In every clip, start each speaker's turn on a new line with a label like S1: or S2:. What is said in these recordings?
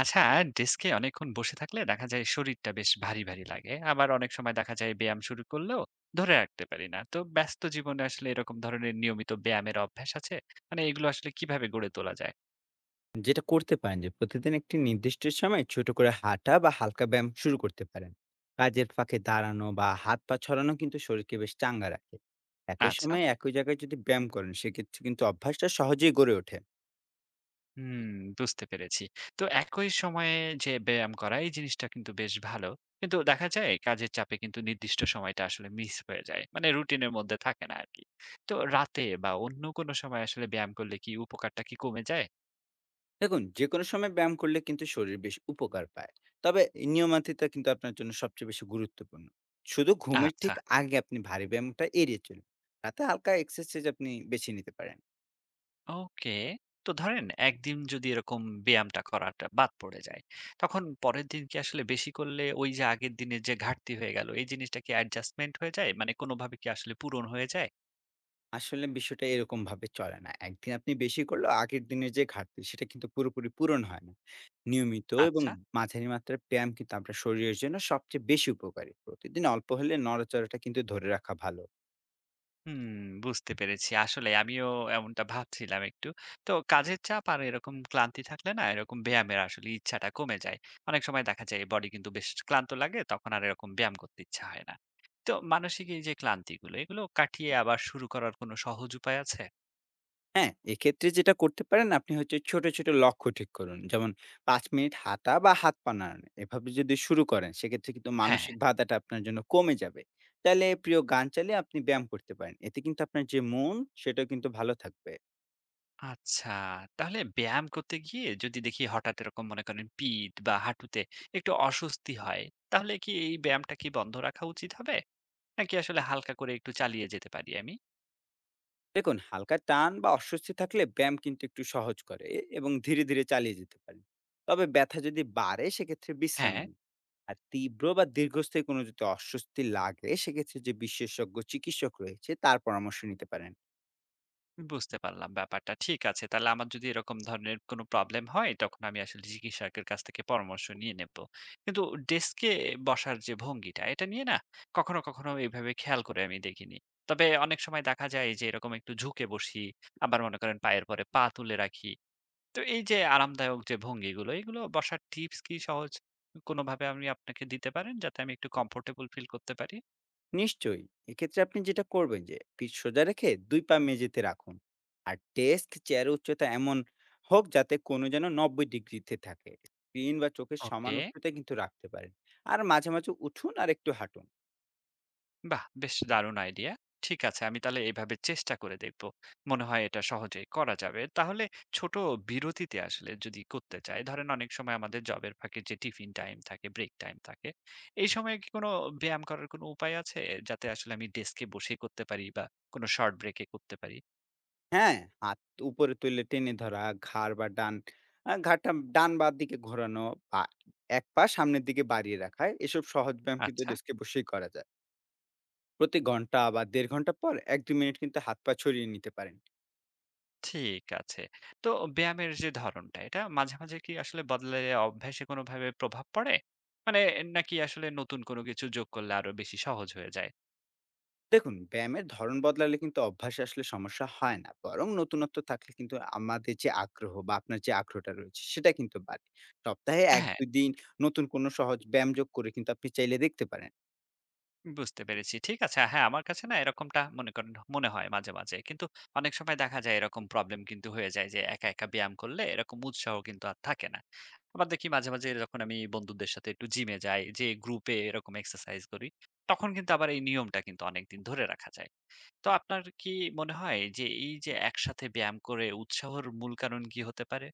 S1: আচ্ছা, ডেস্কে অনেকক্ষণ বসে থাকলে দেখা যায় শরীরটা বেশ ভারী, ভারী লাগে। আবার অনেক সময় দেখা যায় ব্যায়াম শুরু করলেও ধরে রাখতে পারি না। তো ব্যস্ত জীবনে আসলে এরকম ধরনের নিয়মিত ব্যায়ামের অভ্যাস আছে? মানে এগুলো আসলে কিভাবে গড়ে তোলা যায়?
S2: যেটা করতে পারেন যে প্রতিদিন একটি নির্দিষ্ট সময় ছোট করে হাঁটা বা হালকা ব্যায়াম শুরু করতে পারেন। কাজের ফাঁকে দাঁড়ানো বা হাত পা ছড়ানো কিন্তু শরীরকে বেশ চাঙ্গা রাখে। একই
S1: আচ্ছা।
S2: সময়ে একই জায়গায় যদি ব্যায়াম করেন সেক্ষেত্রে কিন্তু অভ্যাসটা সহজেই গড়ে ওঠে।
S1: হুম। বুঝতে পেরেছি। তো একই সময়ে যে ব্যায়াম করা এই জিনিসটা কিন্তু বেশ ভালো। কিন্তু দেখা যায় কাজের চাপে কিন্তু নির্দিষ্ট সময়টা আসলে মিস হয়ে যায়। মানে রুটিনের মধ্যে থাকে না আরকি। তো রাতে বা অন্য কোনো সময় আসলে ব্যায়াম করলে কি উপকারটা কি কমে যায়?
S2: দেখুন, যে কোনো সময় ব্যায়াম করলে কিন্তু শরীর বেশ উপকার পায়। তবে এই নিয়মাতিতা কিন্তু আপনার জন্য সবচেয়ে বেশি গুরুত্বপূর্ণ। শুধু ঘুমের
S1: আচ্ছা।
S2: ঠিক আগে আপনি ভারী ব্যায়ামটা এড়িয়ে চলুন। তাতে হালকা এক্সারসাইজ আপনি বেছে নিতে পারেন।
S1: ওকে। তো ধরেন একদিন যদি এরকম ব্যায়ামটা করাটা বাদ পড়ে যায়, তখন পরের দিন কি আসলে বেশি করলে ওই যে আগের দিনের যে ঘাটতি হয়ে গেল, এই জিনিসটা কি অ্যাডজাস্টমেন্ট হয়ে যায়? মানে কোনোভাবে কি আসলে পূরণ হয়ে যায়?
S2: আসলে বিষয়টা এরকমভাবে চলে না। একদিন আপনি বেশি করলেও আগের দিনের যে ঘাটতি, সেটা কিন্তু পুরোপুরি পূরণ হয় না। নিয়মিত এবং
S1: আচ্ছা।
S2: মাঝারি মাত্রার ব্যায়াম কিন্তু আপনার শরীরের জন্য সবচেয়ে বেশি উপকারী। প্রতিদিন অল্প হলে নড়াচড়াটা কিন্তু ধরে রাখা ভালো।
S1: হুম, বুঝতে পেরেছি। আসলে আমিও এমনটা ভাবছিলাম একটু। তো কাজের চাপ আর এরকম ক্লান্তি থাকলে না এরকম ব্যায়ামের আসলে ইচ্ছাটা কমে যায়। অনেক সময় দেখা যায় বডি কিন্তু বেশ ক্লান্ত লাগে, তখন আর এরকম ব্যায়াম করতে ইচ্ছা হয় না। তো মানসিক এই যে ক্লান্তিগুলো, এগুলো কাটিয়ে আবার শুরু করার কোনো সহজ উপায় আছে?
S2: হ্যাঁ, এক্ষেত্রে যেটা করতে পারেন আপনি হচ্ছে ছোট, ছোট লক্ষ্য ঠিক করুন। যেমন ৫ মিনিট হাঁটা বা হাত পা নাড়ানো। এভাবে যদি শুরু করেন সেক্ষেত্রে কিন্তু
S1: হ্যাঁ।
S2: মানসিক বাধাটা আপনার জন্য কমে যাবে। চাইলে প্রিয় গান চালিয়ে আপনি ব্যায়াম করতে পারেন। এতে কিন্তু আপনার যে মন, সেটাও কিন্তু ভালো থাকবে।
S1: আচ্ছা। তাহলে ব্যায়াম করতে গিয়ে যদি দেখি হঠাৎ এরকম মনে করেন পিঠ বা হাঁটুতে একটু অস্বস্তি হয়, তাহলে কি এই ব্যায়ামটা কি বন্ধ রাখা উচিত হবে? নাকি আসলে হালকা করে একটু চালিয়ে যেতে পারি আমি?
S2: দেখুন, হালকা টান বা অস্বস্তি থাকলে ব্যায়াম কিন্তু একটু সহজ করে এবং ধীরে ধীরে চালিয়ে যেতে পারেন। তবে ব্যথা যদি বাড়ে সেক্ষেত্রে বিশ্রাম
S1: হ্যাঁ।
S2: নিন। আর তীব্র বা দীর্ঘস্থায়ী কোনো যদি অস্বস্তি লাগে সেক্ষেত্রে যে বিশেষজ্ঞ চিকিৎসক রয়েছে তার পরামর্শ নিতে পারেন।
S1: বুঝতে পারলাম ব্যাপারটা। ঠিক আছে। তাহলে আমার যদি এরকম ধরনের কোনো প্রবলেম হয়, তখন আমি আসলে চিকিৎসকের কাছ থেকে পরামর্শ নিয়ে নেব। কিন্তু ডেস্কে বসার যে ভঙ্গিটা, এটা নিয়ে না কখনো, কখনো এভাবে খেয়াল করে আমি দেখিনি। তবে অনেক সময় দেখা যায় যে এরকম একটু ঝুঁকে বসি, আবার মনে করেন পায়ের পরে পা তুলে রাখি। তো এই যে আরামদায়ক যে ভঙ্গিগুলো, এগুলো বসার টিপস কি সহজ কোনোভাবে আমি আপনাকে দিতে পারেন, যাতে আমি একটু কমফোর্টেবল ফিল করতে পারি?
S2: নিশ্চয়ই, এক্ষেত্রে আপনি যেটা করবেন যে পিঠ সোজা রেখে দুই পা মেঝেতে রাখুন। আর ডেস্ক চেয়ার উচ্চতা এমন হোক যাতে কোনো যেন ৯০ ডিগ্রিতে থাকে। স্ক্রিন বা চোখের সমান
S1: ওকে।
S2: উচ্চতায় কিন্তু রাখতে পারেন। আর মাঝে মাঝে উঠুন আর একটু হাঁটুন।
S1: বাহ! বেশ দারুণ আইডিয়া। ঠিক আছে, আমি তাহলে এভাবে চেষ্টা করে দেখব। মনে হয় এটা সহজেই করা যাবে। তাহলে ছোট বিরতিতে আসলে যদি করতে চাই, ধরেন অনেক সময় আমাদের জবের ফাঁকে যে টিফিন টাইম থাকে, ব্রেক টাইম থাকে, এই সময়ে কি কোনো ব্যায়াম করার কোনো উপায় আছে? যাতে আসলে আমি ডেস্কে বসে করতে পারি বা কোনো শর্ট ব্রেকে করতে পারি?
S2: হ্যাঁ, হাত উপরে তুলে টেনে ধরা, ঘাড়টা ডান বা দিকে ঘোরানো, বা এক পা সামনের দিকে বাড়িয়ে রাখা। এসব সহজ ব্যায়াম কিন্তু
S1: আচ্ছা,
S2: ডেস্কে বসেই করা যায়। প্রতি ঘন্টা বা ১.৫ ঘন্টা পর ১-২ মিনিট কিন্তু হাত পা ছড়িয়ে নিতে পারেন।
S1: ঠিক আছে। তো ব্যায়ামের যে ধরনটা, এটা মাঝে, মাঝে কি আসলে বদলে অভ্যাসে কোনোভাবে প্রভাব পড়ে? মানে নাকি আসলে নতুন কোনো কিছু যোগ করলে আরো বেশি সহজ হয়ে যায়?
S2: দেখুন, ব্যায়ামের ধরন বদলালে কিন্তু অভ্যাসে আসলে সমস্যা হয় না। বরং নতুনত্ব থাকলে কিন্তু আমাদের যে আগ্রহ বা আপনার যে আগ্রহটা রয়েছে সেটা কিন্তু বাড়ে। সপ্তাহে
S1: হ্যাঁ।
S2: ১-২ দিন নতুন কোনো সহজ ব্যায়াম যোগ করে কিন্তু আপনি চাইলে দেখতে পারেন।
S1: বুঝতে পেরেছি। ঠিক আছে। হ্যাঁ, আমার কাছে না এরকমটা মনে করেন মনে হয় মাঝে, মাঝে। কিন্তু অনেক সময় দেখা যায় এরকম প্রবলেম কিন্তু হয়ে যায় যে একা, একা ব্যায়াম করলে এরকম উৎসাহ কিন্তু আর থাকে না। আবার দেখি মাঝে, মাঝে যখন আমি বন্ধুদের সাথে একটু জিমে যাই, যেয়ে গ্রুপে এরকম এক্সারসাইজ করি, তখন কিন্তু আবার এই নিয়মটা কিন্তু অনেকদিন ধরে রাখা যায়। তো আপনার কি মনে হয় যে এই যে একসাথে ব্যায়াম করে উৎসাহর মূল কারণ কি হতে পারে?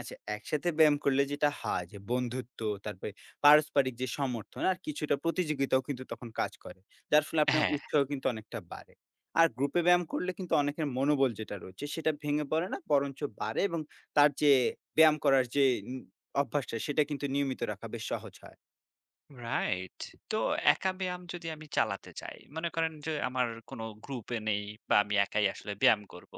S2: আচ্ছা, একসাথে ব্যায়াম করলে যেটা হয় যে বন্ধুত্ব, তারপরে পারস্পরিক যে সমর্থন আর কিছুটা প্রতিযোগিতাও কিন্তু তখন কাজ করে। যার ফলে আপনার
S1: হ্যাঁ।
S2: উৎসাহ কিন্তু অনেকটা বাড়ে। আর গ্রুপে ব্যায়াম করলে কিন্তু অনেকের মনোবল যেটা রয়েছে সেটা ভেঙে পড়ে না, বরঞ্চ বাড়ে এবং তার যে ব্যায়াম করার যে উম অভ্যাসটা সেটা কিন্তু নিয়মিত রাখা বেশ সহজ হয়।
S1: রাইট। তো একা ব্যায়াম যদি আমি চালাতে চাই, মনে করেন যে আমার কোনো গ্রুপে নেই বা আমি একাই আসলে ব্যায়াম করব।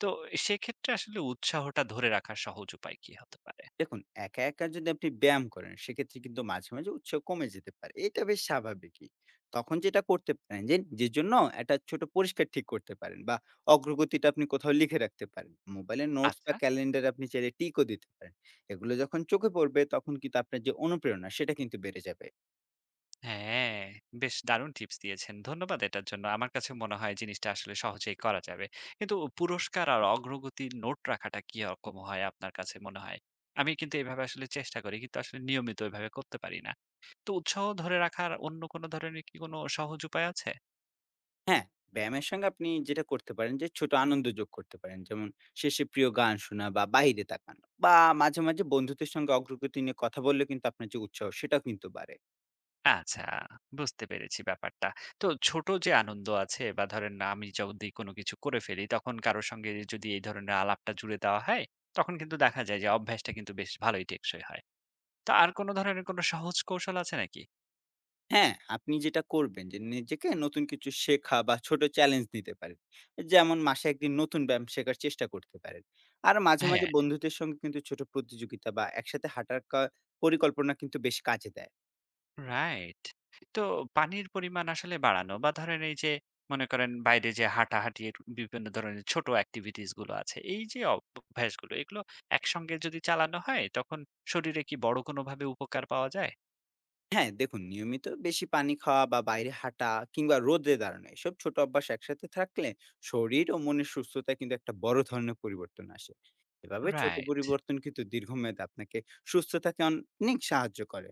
S1: তো সেক্ষেত্রে আসলে উৎসাহটা ধরে রাখার সহজ উপায় কি হতে পারে?
S2: দেখুন, একা, একা যদি আপনি ব্যায়াম করেন সেক্ষেত্রে কিন্তু মাঝে, মাঝে উৎসাহ কমে যেতে পারে। এটা বেশ স্বাভাবিকই। তখন যেটা করতে পারেন যে নিজের জন্য একটা ছোট পরিষ্কার ঠিক করতে পারেন বা অগ্রগতিটা আপনি কোথাও লিখে রাখতে পারেন। মোবাইলে নোটস বা
S1: আচ্ছা।
S2: ক্যালেন্ডারে আপনি চাইলে টিকও দিতে পারেন। এগুলো যখন চোখে পড়বে তখন কিন্তু আপনার যে অনুপ্রেরণা সেটা কিন্তু বেড়ে যাবে।
S1: হ্যাঁ, বেশ দারুণ টিপস দিয়েছেন। ধন্যবাদ এটার জন্য। আমার কাছে মনে হয় জিনিসটা আসলে সহজেই করা যাবে। কিন্তু পুরস্কার আর অগ্রগতির নোট রাখাটা কি রকম হয় আপনার কাছে মনে হয়? আমি কিন্তু এভাবে আসলে চেষ্টা করি কিন্তু আসলে নিয়মিত এভাবে করতে পারি না। তো উৎসাহ ধরে রাখার অন্য কোনো ধরনের কি কোনো সহজ উপায় আছে?
S2: হ্যাঁ, ব্যায়ামের সঙ্গে আপনি যেটা করতে পারেন যে ছোট আনন্দ যোগ করতে পারেন। যেমন শেষে প্রিয় গান শোনা বা বাইরে তাকানো, বা মাঝে, মাঝে বন্ধুদের সঙ্গে অগ্রগতি নিয়ে কথা বললে কিন্তু আপনার যে উৎসাহ সেটাও কিন্তু বাড়ে।
S1: আচ্ছা, বুঝতে পেরেছি ব্যাপারটা। তো ছোট যে আনন্দ আছে বা ধরেন আমি যদি কোনো কিছু করে ফেলি তখন কারো সঙ্গে যদি এই ধরনের আলাপটা জুড়ে দেওয়া হয়, তখন কিন্তু দেখা যায় যে অভ্যাসটা কিন্তু বেশ ভালোই টেকসই হয়। তো আর কোনো ধরনের কোনো সহজ কৌশল আছে নাকি?
S2: হ্যাঁ, আপনি যেটা করবেন যে নিজেকে নতুন কিছু শেখা বা ছোট চ্যালেঞ্জ দিতে পারেন। যেমন মাসে ১ দিন নতুন ব্যায়াম শেখার চেষ্টা করতে পারেন। আর মাঝে, মাঝে
S1: হ্যাঁ।
S2: বন্ধুদের সঙ্গে কিন্তু ছোট প্রতিযোগিতা বা একসাথে হাঁটার পরিকল্পনা কিন্তু বেশ কাজে দেয়।
S1: রাইট। তো পানির পরিমাণ আসলে বাড়ানো বা ধরেন এই যে মনে করেন বাইরে যে হাঁটাহাঁটির বিভিন্ন ধরনের ছোট activities গুলো আছে, এই যে অভ্যাসগুলো এগুলো একসঙ্গে যদি চালানো হয় তখন শরীরে কি বড় কোনোভাবে উপকার পাওয়া যায়?
S2: হ্যাঁ, দেখুন, নিয়মিত বেশি পানি খাওয়া বা বাইরে হাঁটা কিংবা রোদে দাঁড়ানো এসব ছোট অভ্যাস একসাথে থাকলে শরীর ও মনের সুস্থতায় কিন্তু একটা বড় ধরনের পরিবর্তন আসে। এভাবে ছোট
S1: রাইট।
S2: পরিবর্তন কিন্তু দীর্ঘমেয়াদে আপনাকে সুস্থ থাকতে অনেক সাহায্য করে।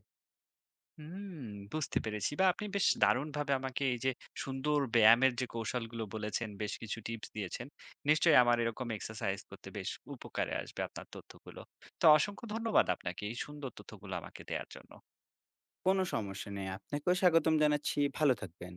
S1: হুম, বুঝতে পেরেছি। বা আপনি বেশ দারুণভাবে আমাকে এই যে সুন্দর ব্যায়ামের যে কৌশলগুলো বলেছেন, বেশ কিছু টিপস দিয়েছেন। নিশ্চয়ই আমার এরকম এক্সারসাইজ করতে বেশ উপকারে আসবে আপনার তথ্যগুলো। তো অসংখ্য ধন্যবাদ আপনাকে এই সুন্দর তথ্যগুলো আমাকে দেয়ার জন্য।
S2: কোনো সমস্যা নেই। আপনাকেও স্বাগতম জানাচ্ছি। ভালো থাকবেন।